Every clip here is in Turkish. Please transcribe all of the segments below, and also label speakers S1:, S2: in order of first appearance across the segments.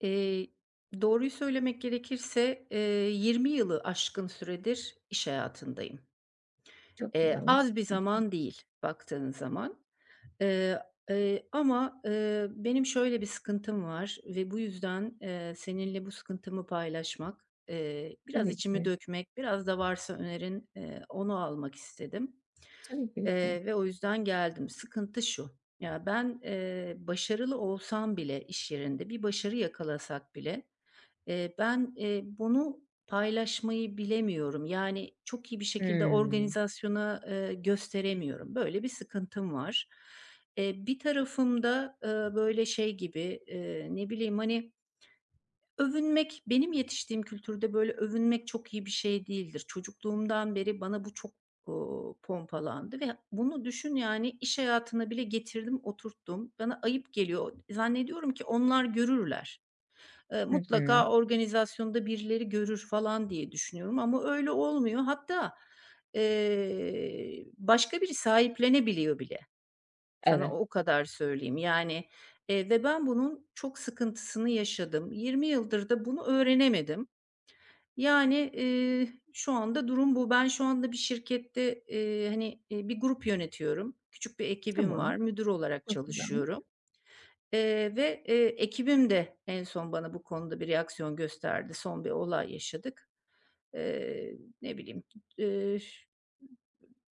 S1: Eee, Doğruyu söylemek gerekirse, 20 yılı aşkın süredir iş hayatındayım.
S2: Çok güzel.
S1: Az bir
S2: İnşallah.
S1: zaman değil baktığın zaman. Eee, ama, benim şöyle bir sıkıntım var ve bu yüzden, seninle bu sıkıntımı paylaşmak, biraz
S2: Tabii
S1: içimi
S2: ki.
S1: dökmek, biraz da varsa önerin, onu almak istedim,
S2: Tabii ki. Lütfen.
S1: ve o yüzden geldim. Sıkıntı şu: Ya, ben, başarılı olsam bile iş yerinde, bir başarı yakalasak bile. Ben, bunu paylaşmayı bilemiyorum. Yani, çok iyi bir şekilde
S2: Hımm.
S1: organizasyona, gösteremiyorum. Böyle bir sıkıntım var. Bir tarafımda böyle şey gibi, ne bileyim, hani, övünmek benim yetiştiğim kültürde böyle övünmek çok iyi bir şey değildir. Çocukluğumdan beri bana bu çok pompalandı ve bunu düşün, yani, iş hayatına bile getirdim, oturttum. Bana ayıp geliyor. Zannediyorum ki onlar görürler.
S2: Hı hı.
S1: Mutlaka organizasyonda birileri görür falan diye düşünüyorum ama öyle olmuyor. Hatta, başka biri sahiplenebiliyor bile. Sana
S2: Evet.
S1: o kadar söyleyeyim. Yani, ve ben bunun çok sıkıntısını yaşadım. 20 yıldır da bunu öğrenemedim. Yani, şu anda durum bu. Ben şu anda bir şirkette, hani, bir grup yönetiyorum. Küçük bir ekibim var.
S2: Tamam.
S1: Müdür olarak
S2: Çok güzel.
S1: çalışıyorum. Ve, ekibim de en son bana bu konuda bir reaksiyon gösterdi. Son bir olay yaşadık. Eee, Ne bileyim, ş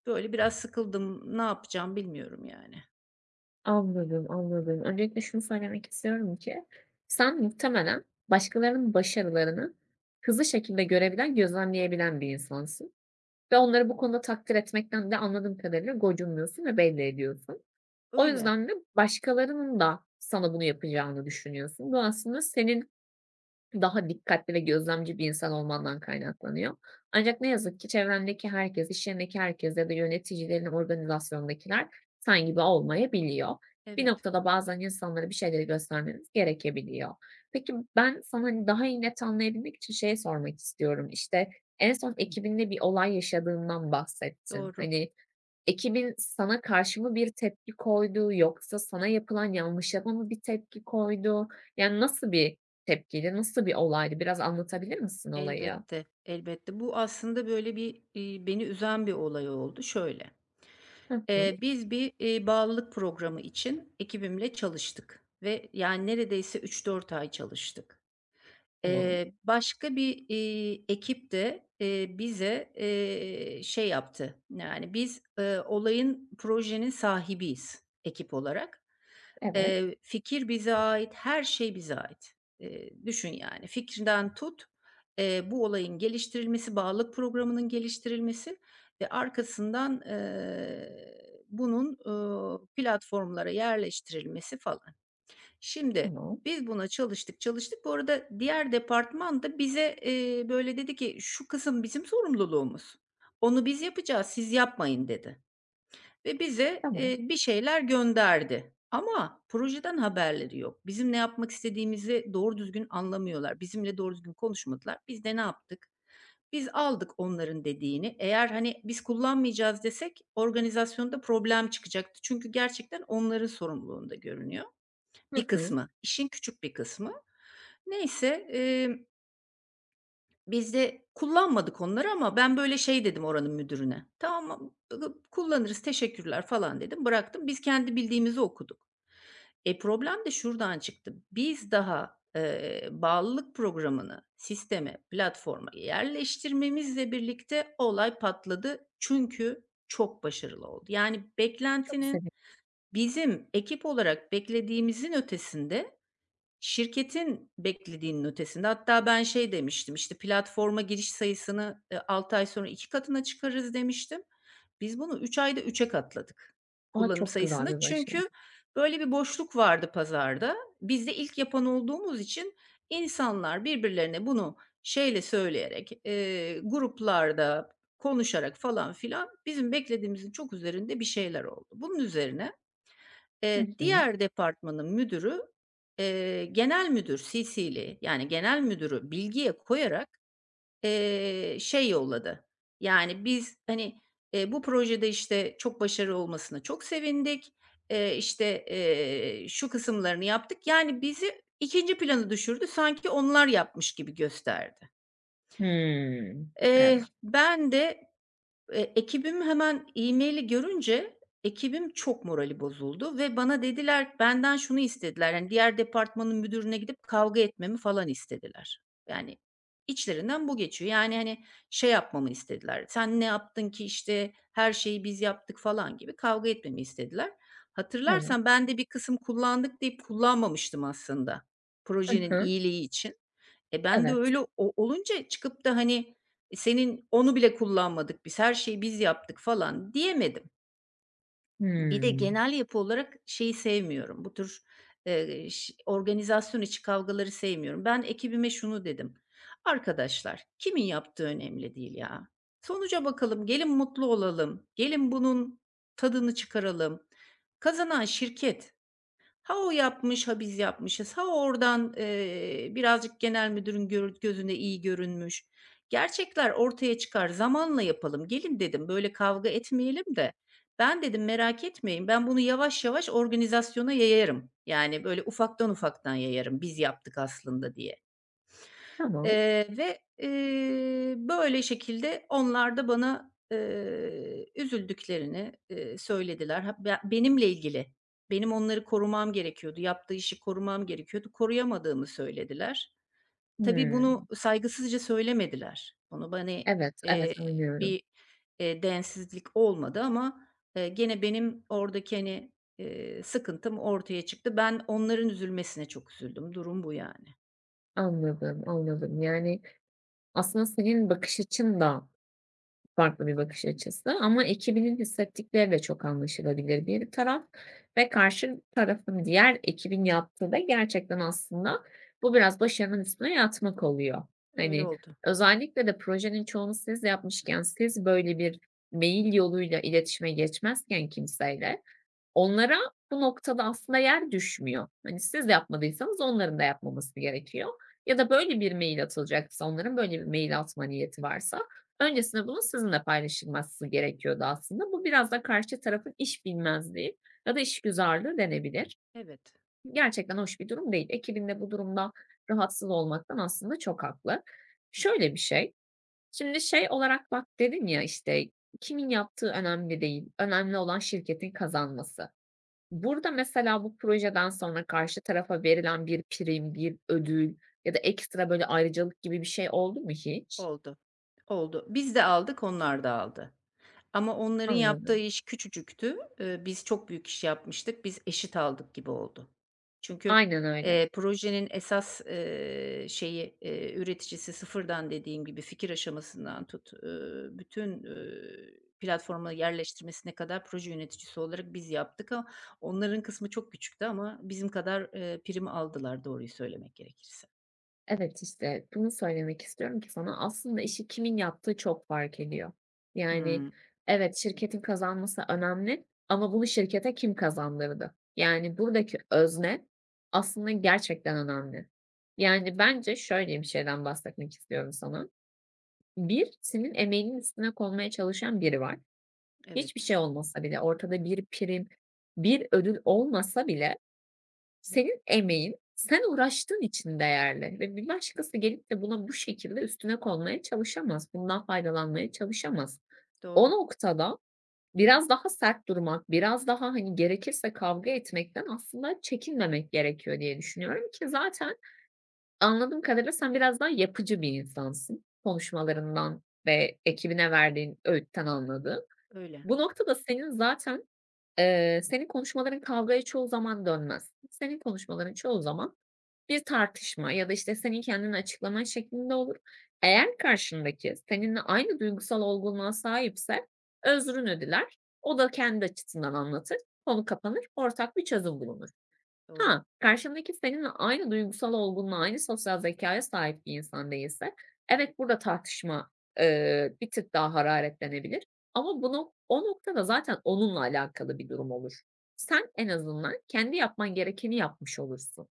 S1: böyle biraz sıkıldım. Ne yapacağım bilmiyorum yani.
S2: Anladım, anladım. Öncelikle şunu söylemek istiyorum ki sen muhtemelen başkalarının başarılarını hızlı şekilde görebilen, gözlemleyebilen bir insansın ve onları bu konuda takdir etmekten de anladığım kadarıyla gocunmuyorsun ve belli ediyorsun. O
S1: Öyle.
S2: yüzden de başkalarının da sana bunu yapacağını düşünüyorsun. Bu aslında senin daha dikkatli ve gözlemci bir insan olmandan kaynaklanıyor. Ancak ne yazık ki çevrendeki herkes, iş yerindeki herkes ya da yöneticilerin organizasyondakiler sen gibi olmayabiliyor. Bir
S1: Evet,
S2: noktada bazen insanlara bir şeyleri göstermeniz gerekebiliyor. Peki ben sana, hani, daha iyi net anlayabilmek için şey sormak istiyorum. İşte en son ekibinle bir olay yaşadığından bahsettin.
S1: doğru.
S2: Hani, ekibin sana karşı mı bir tepki koydu yoksa sana yapılan yanlışa mı bir tepki koydu? Yani nasıl bir tepkiydi, nasıl bir olaydı? Biraz anlatabilir misin olayı?
S1: Elbette, elbette. Bu aslında böyle bir beni üzen bir olay oldu. Şöyle,
S2: Hı hı.
S1: biz bir bağlılık programı için ekibimle çalıştık ve yani neredeyse 3-4 ay çalıştık.
S2: Tamam.
S1: Başka bir ekip de, bize, şey yaptı, yani, biz, olayın, projenin sahibiyiz ekip olarak.
S2: Evet.
S1: Fikir bize ait, her şey bize ait. Düşün yani, fikirden tut, bu olayın geliştirilmesi, bağlılık programının geliştirilmesi ve arkasından, bunun platformlara yerleştirilmesi falan. Şimdi
S2: Tamam.
S1: biz buna çalıştık, çalıştık. Bu arada diğer departman da bize, böyle dedi ki, "Şu kısım bizim sorumluluğumuz. Onu biz yapacağız, siz yapmayın." dedi ve bize,
S2: Tamam.
S1: bir şeyler gönderdi ama projeden haberleri yok. Bizim ne yapmak istediğimizi doğru düzgün anlamıyorlar. Bizimle doğru düzgün konuşmadılar. Biz de ne yaptık? Biz aldık onların dediğini. Eğer, hani, biz kullanmayacağız desek organizasyonda problem çıkacaktı. Çünkü gerçekten onların sorumluluğunda görünüyor. Bir
S2: Hı hı.
S1: kısmı, işin küçük bir kısmı. Neyse, biz de kullanmadık onları ama ben böyle şey dedim oranın müdürüne, "Tamam, kullanırız, teşekkürler." falan dedim, bıraktım. Biz kendi bildiğimizi okuduk. E, problem de şuradan çıktı. Biz daha, bağlılık programını sisteme, platforma yerleştirmemizle birlikte olay patladı. Çünkü çok başarılı oldu. Yani
S2: Çok
S1: beklentinin
S2: sevindim.
S1: bizim ekip olarak beklediğimizin ötesinde. Şirketin beklediğinin ötesinde. Hatta ben şey demiştim, işte, "Platforma giriş sayısını, 6 ay sonra 2 katına çıkarırız." demiştim. Biz bunu 3 ayda 3'e katladık
S2: A,
S1: kullanım
S2: çok güzel
S1: sayısını.
S2: bir başlangıç.
S1: Çünkü böyle bir boşluk vardı pazarda. Biz de ilk yapan olduğumuz için insanlar birbirlerine bunu şeyle söyleyerek, gruplarda konuşarak falan filan bizim beklediğimizin çok üzerinde bir şeyler oldu. Bunun üzerine
S2: Hı hı.
S1: Diğer departmanın müdürü, genel müdür CC'li, yani genel müdürü bilgiye koyarak, şey yolladı. Yani biz, hani, bu projede, işte, çok başarılı olmasına çok sevindik. İşte, şu kısımlarını yaptık. Yani bizi ikinci plana düşürdü. Sanki onlar yapmış gibi gösterdi.
S2: Hımm.
S1: Eee,
S2: Evet.
S1: ben de, Ekibim hemen e-mail'i görünce çok morali bozuldu ve bana dediler benden şunu istediler, yani diğer departmanın müdürüne gidip kavga etmemi falan istediler. Yani, içlerinden bu geçiyor. Yani, hani, şey yapmamı istediler, "Sen ne yaptın ki, işte, her şeyi biz yaptık." falan gibi kavga etmemi istediler. Hatırlarsan
S2: Evet.
S1: ben de bir kısım kullandık deyip kullanmamıştım aslında
S2: Hı
S1: projenin
S2: hı.
S1: iyiliği için. E, ben de
S2: Evet.
S1: öyle o olunca çıkıp da, hani, senin onu bile kullanmadık biz, her şeyi biz yaptık falan diyemedim. Bir de
S2: Hımm.
S1: genel yapı olarak şeyi sevmiyorum, bu tür, ş organizasyon içi kavgaları sevmiyorum. Ben ekibime şunu dedim: "Arkadaşlar, kimin yaptığı önemli değil ya. Sonuca bakalım, gelin mutlu olalım, gelin bunun tadını çıkaralım. Kazanan şirket. Ha o yapmış, ha biz yapmışız. Ha oradan, birazcık genel müdürün gözüne iyi görünmüş. Gerçekler ortaya çıkar, zamanla yapalım." "Gelin," dedim, "böyle kavga etmeyelim de ben," dedim, "merak etmeyin, ben bunu yavaş yavaş organizasyona yayarım. Yani böyle ufaktan ufaktan yayarım, biz yaptık aslında diye."
S2: Tamam.
S1: Ve, böyle şekilde onlar da bana, üzüldüklerini, söylediler. Ha be benimle ilgili, benim onları korumam gerekiyordu, yaptığı işi korumam gerekiyordu, koruyamadığımı söylediler. Tabii bunu
S2: Hımm.
S1: saygısızca söylemediler. Bunu bana,
S2: Evet, evet
S1: eee,
S2: anlıyorum.
S1: bir, densizlik olmadı ama, gene benim oradaki, hani, sıkıntım ortaya çıktı. Ben onların üzülmesine çok üzüldüm. Durum bu yani.
S2: Anladım, anladım. Yani aslında senin bakış açın da farklı bir bakış açısı ama ekibinin hissettikleri de çok anlaşılabilir bir taraf ve karşı tarafın diğer ekibin yaptığı da gerçekten aslında bu biraz başarının üstüne yatmak oluyor.
S1: Öyle
S2: Hani,
S1: oldu.
S2: özellikle de projenin çoğunu siz yapmışken, siz böyle bir mail yoluyla iletişime geçmezken kimseyle, onlara bu noktada aslında yer düşmüyor. Hani siz yapmadıysanız onların da yapmaması gerekiyor ya da böyle bir mail atılacaksa, onların böyle bir mail atma niyeti varsa öncesinde bunun sizinle paylaşılması gerekiyordu aslında. Bu biraz da karşı tarafın iş bilmezliği ya da işgüzarlığı denebilir.
S1: Evet,
S2: Gerçekten hoş bir durum değil. Ekibin de bu durumda rahatsız olmaktan aslında çok haklı. Şöyle bir şey, şimdi şey olarak bak dedin ya, işte, kimin yaptığı önemli değil, önemli olan şirketin kazanması. Burada mesela bu projeden sonra karşı tarafa verilen bir prim, bir ödül ya da ekstra böyle ayrıcalık gibi bir şey oldu mu hiç?
S1: oldu, oldu. Biz de aldık, onlar da aldı. Ama onların yaptığı
S2: Anladım.
S1: iş küçücüktü. Biz çok büyük iş yapmıştık. Biz eşit aldık gibi oldu. Çünkü,
S2: Aynen öyle.
S1: projenin esas, şeyi, üreticisi sıfırdan dediğim gibi fikir aşamasından tut bütün platforma yerleştirmesine kadar proje yöneticisi olarak biz yaptık ama onların kısmı çok küçüktü ama bizim kadar, prim aldılar doğruyu söylemek gerekirse.
S2: Evet, işte bunu söylemek istiyorum ki sana aslında işi kimin yaptığı çok fark ediyor. Yani
S1: Hımm.
S2: evet, şirketin kazanması önemli ama bunu şirkete kim kazandırdı? Yani buradaki özne aslında gerçekten önemli. Yani bence şöyle bir şeyden bahsetmek istiyorum sana. 1 senin emeğinin üstüne konmaya çalışan biri var. Hiçbir
S1: Evet,
S2: şey olmasa bile, ortada bir prim, bir ödül olmasa bile senin emeğin, sen uğraştığın için değerli ve bir başkası gelip de buna bu şekilde üstüne konmaya çalışamaz. Bundan faydalanmaya çalışamaz. O
S1: doğru.
S2: noktada biraz daha sert durmak, biraz daha, hani, gerekirse kavga etmekten aslında çekinmemek gerekiyor diye düşünüyorum ki zaten anladığım kadarıyla sen biraz daha yapıcı bir insansın. Konuşmalarından ve ekibine verdiğin öğütten anladım.
S1: Öyle,
S2: Bu noktada senin zaten, senin konuşmaların kavgaya çoğu zaman dönmez. Senin konuşmaların çoğu zaman bir tartışma ya da, işte, senin kendini açıklaman şeklinde olur. Eğer karşındaki seninle aynı duygusal olgunluğa sahipse özrünü diler. O da kendi açısından anlatır. Konu kapanır, ortak bir çözüm bulunur.
S1: doğru.
S2: Ha, karşındaki seninle aynı duygusal olgunluğa, aynı sosyal zekaya sahip bir insan değilse, evet, burada tartışma, bir tık daha hararetlenebilir ama bu nok o noktada zaten onunla alakalı bir durum olur. Sen en azından kendi yapman gerekeni yapmış olursun.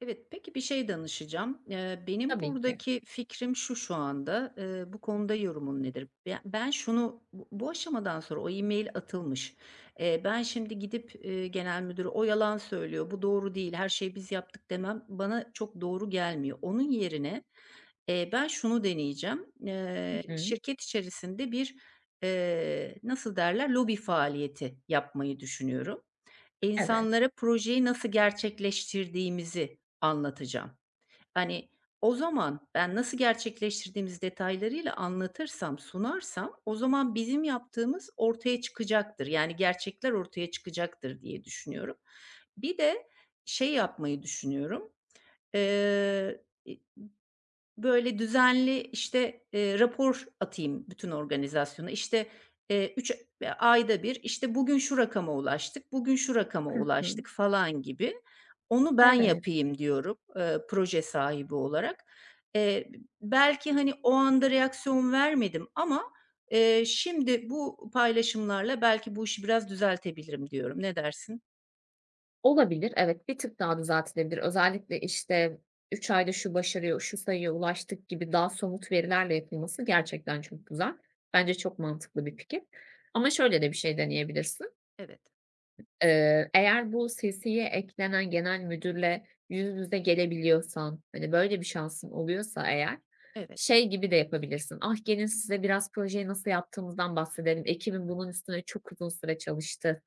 S1: Evet, peki bir şey danışacağım. Benim
S2: Tabii ki.
S1: buradaki fikrim şu anda, bu konuda yorumun nedir? Ben şunu bu aşamadan sonra o e-mail atılmış. Ben şimdi gidip genel müdüre o yalan söylüyor, bu doğru değil, her şeyi biz yaptık demem bana çok doğru gelmiyor. Onun yerine ben şunu deneyeceğim.
S2: Hı hı.
S1: Şirket içerisinde bir nasıl derler lobi faaliyeti yapmayı düşünüyorum.
S2: Evet.
S1: İnsanlara projeyi nasıl gerçekleştirdiğimizi anlatacağım. Hani, o zaman ben nasıl gerçekleştirdiğimiz detaylarıyla anlatırsam, sunarsam o zaman bizim yaptığımız ortaya çıkacaktır. Yani gerçekler ortaya çıkacaktır diye düşünüyorum. Bir de şey yapmayı düşünüyorum. Eee, e Böyle düzenli, işte, rapor atayım bütün organizasyona. İşte, 3 ayda bir işte, bugün şu rakama ulaştık, bugün şu rakama
S2: Hı hı.
S1: ulaştık falan gibi. Onu ben
S2: Evet.
S1: yapayım diyorum, proje sahibi olarak. Eee, Belki, hani, o anda reaksiyon vermedim ama, şimdi bu paylaşımlarla belki bu işi biraz düzeltebilirim diyorum. Ne dersin?
S2: Olabilir, evet, bir tık daha da düzeltilebilir. Özellikle, işte, 3 ayda şu başarıya, şu sayıya ulaştık gibi daha somut verilerle yapılması gerçekten çok güzel. Bence çok mantıklı bir fikir. Ama şöyle de bir şey deneyebilirsin.
S1: Evet,
S2: Eğer bu CC'ye eklenen genel müdürle yüz yüze gelebiliyorsan, hani, böyle bir şansın oluyorsa eğer,
S1: evet,
S2: şey gibi de yapabilirsin. "Ah, gelin size biraz projeyi nasıl yaptığımızdan bahsedelim. Ekibim bunun üstüne çok uzun süre çalıştı."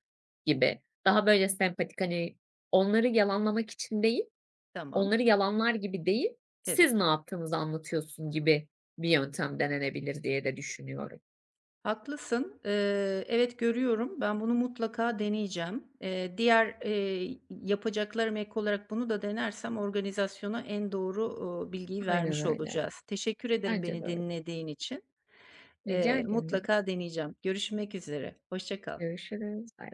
S2: gibi. Daha böyle sempatik, hani, onları yalanlamak için değil,
S1: tamam,
S2: onları yalanlar gibi değil,
S1: evet.
S2: siz ne yaptığınızı anlatıyorsun gibi bir yöntem denenebilir diye de düşünüyorum.
S1: Haklısın. Evet, görüyorum. Ben bunu mutlaka deneyeceğim. Diğer, yapacaklarıma ek olarak bunu da denersem organizasyona en doğru bilgiyi
S2: Aynen
S1: vermiş
S2: öyle.
S1: olacağız. Teşekkür ederim
S2: Bence de
S1: beni
S2: öyle.
S1: dinlediğin için.
S2: Rica ederim. Ne demek.
S1: Mutlaka deneyeceğim. Görüşmek üzere. Hoşça kal.
S2: Görüşürüz. Bay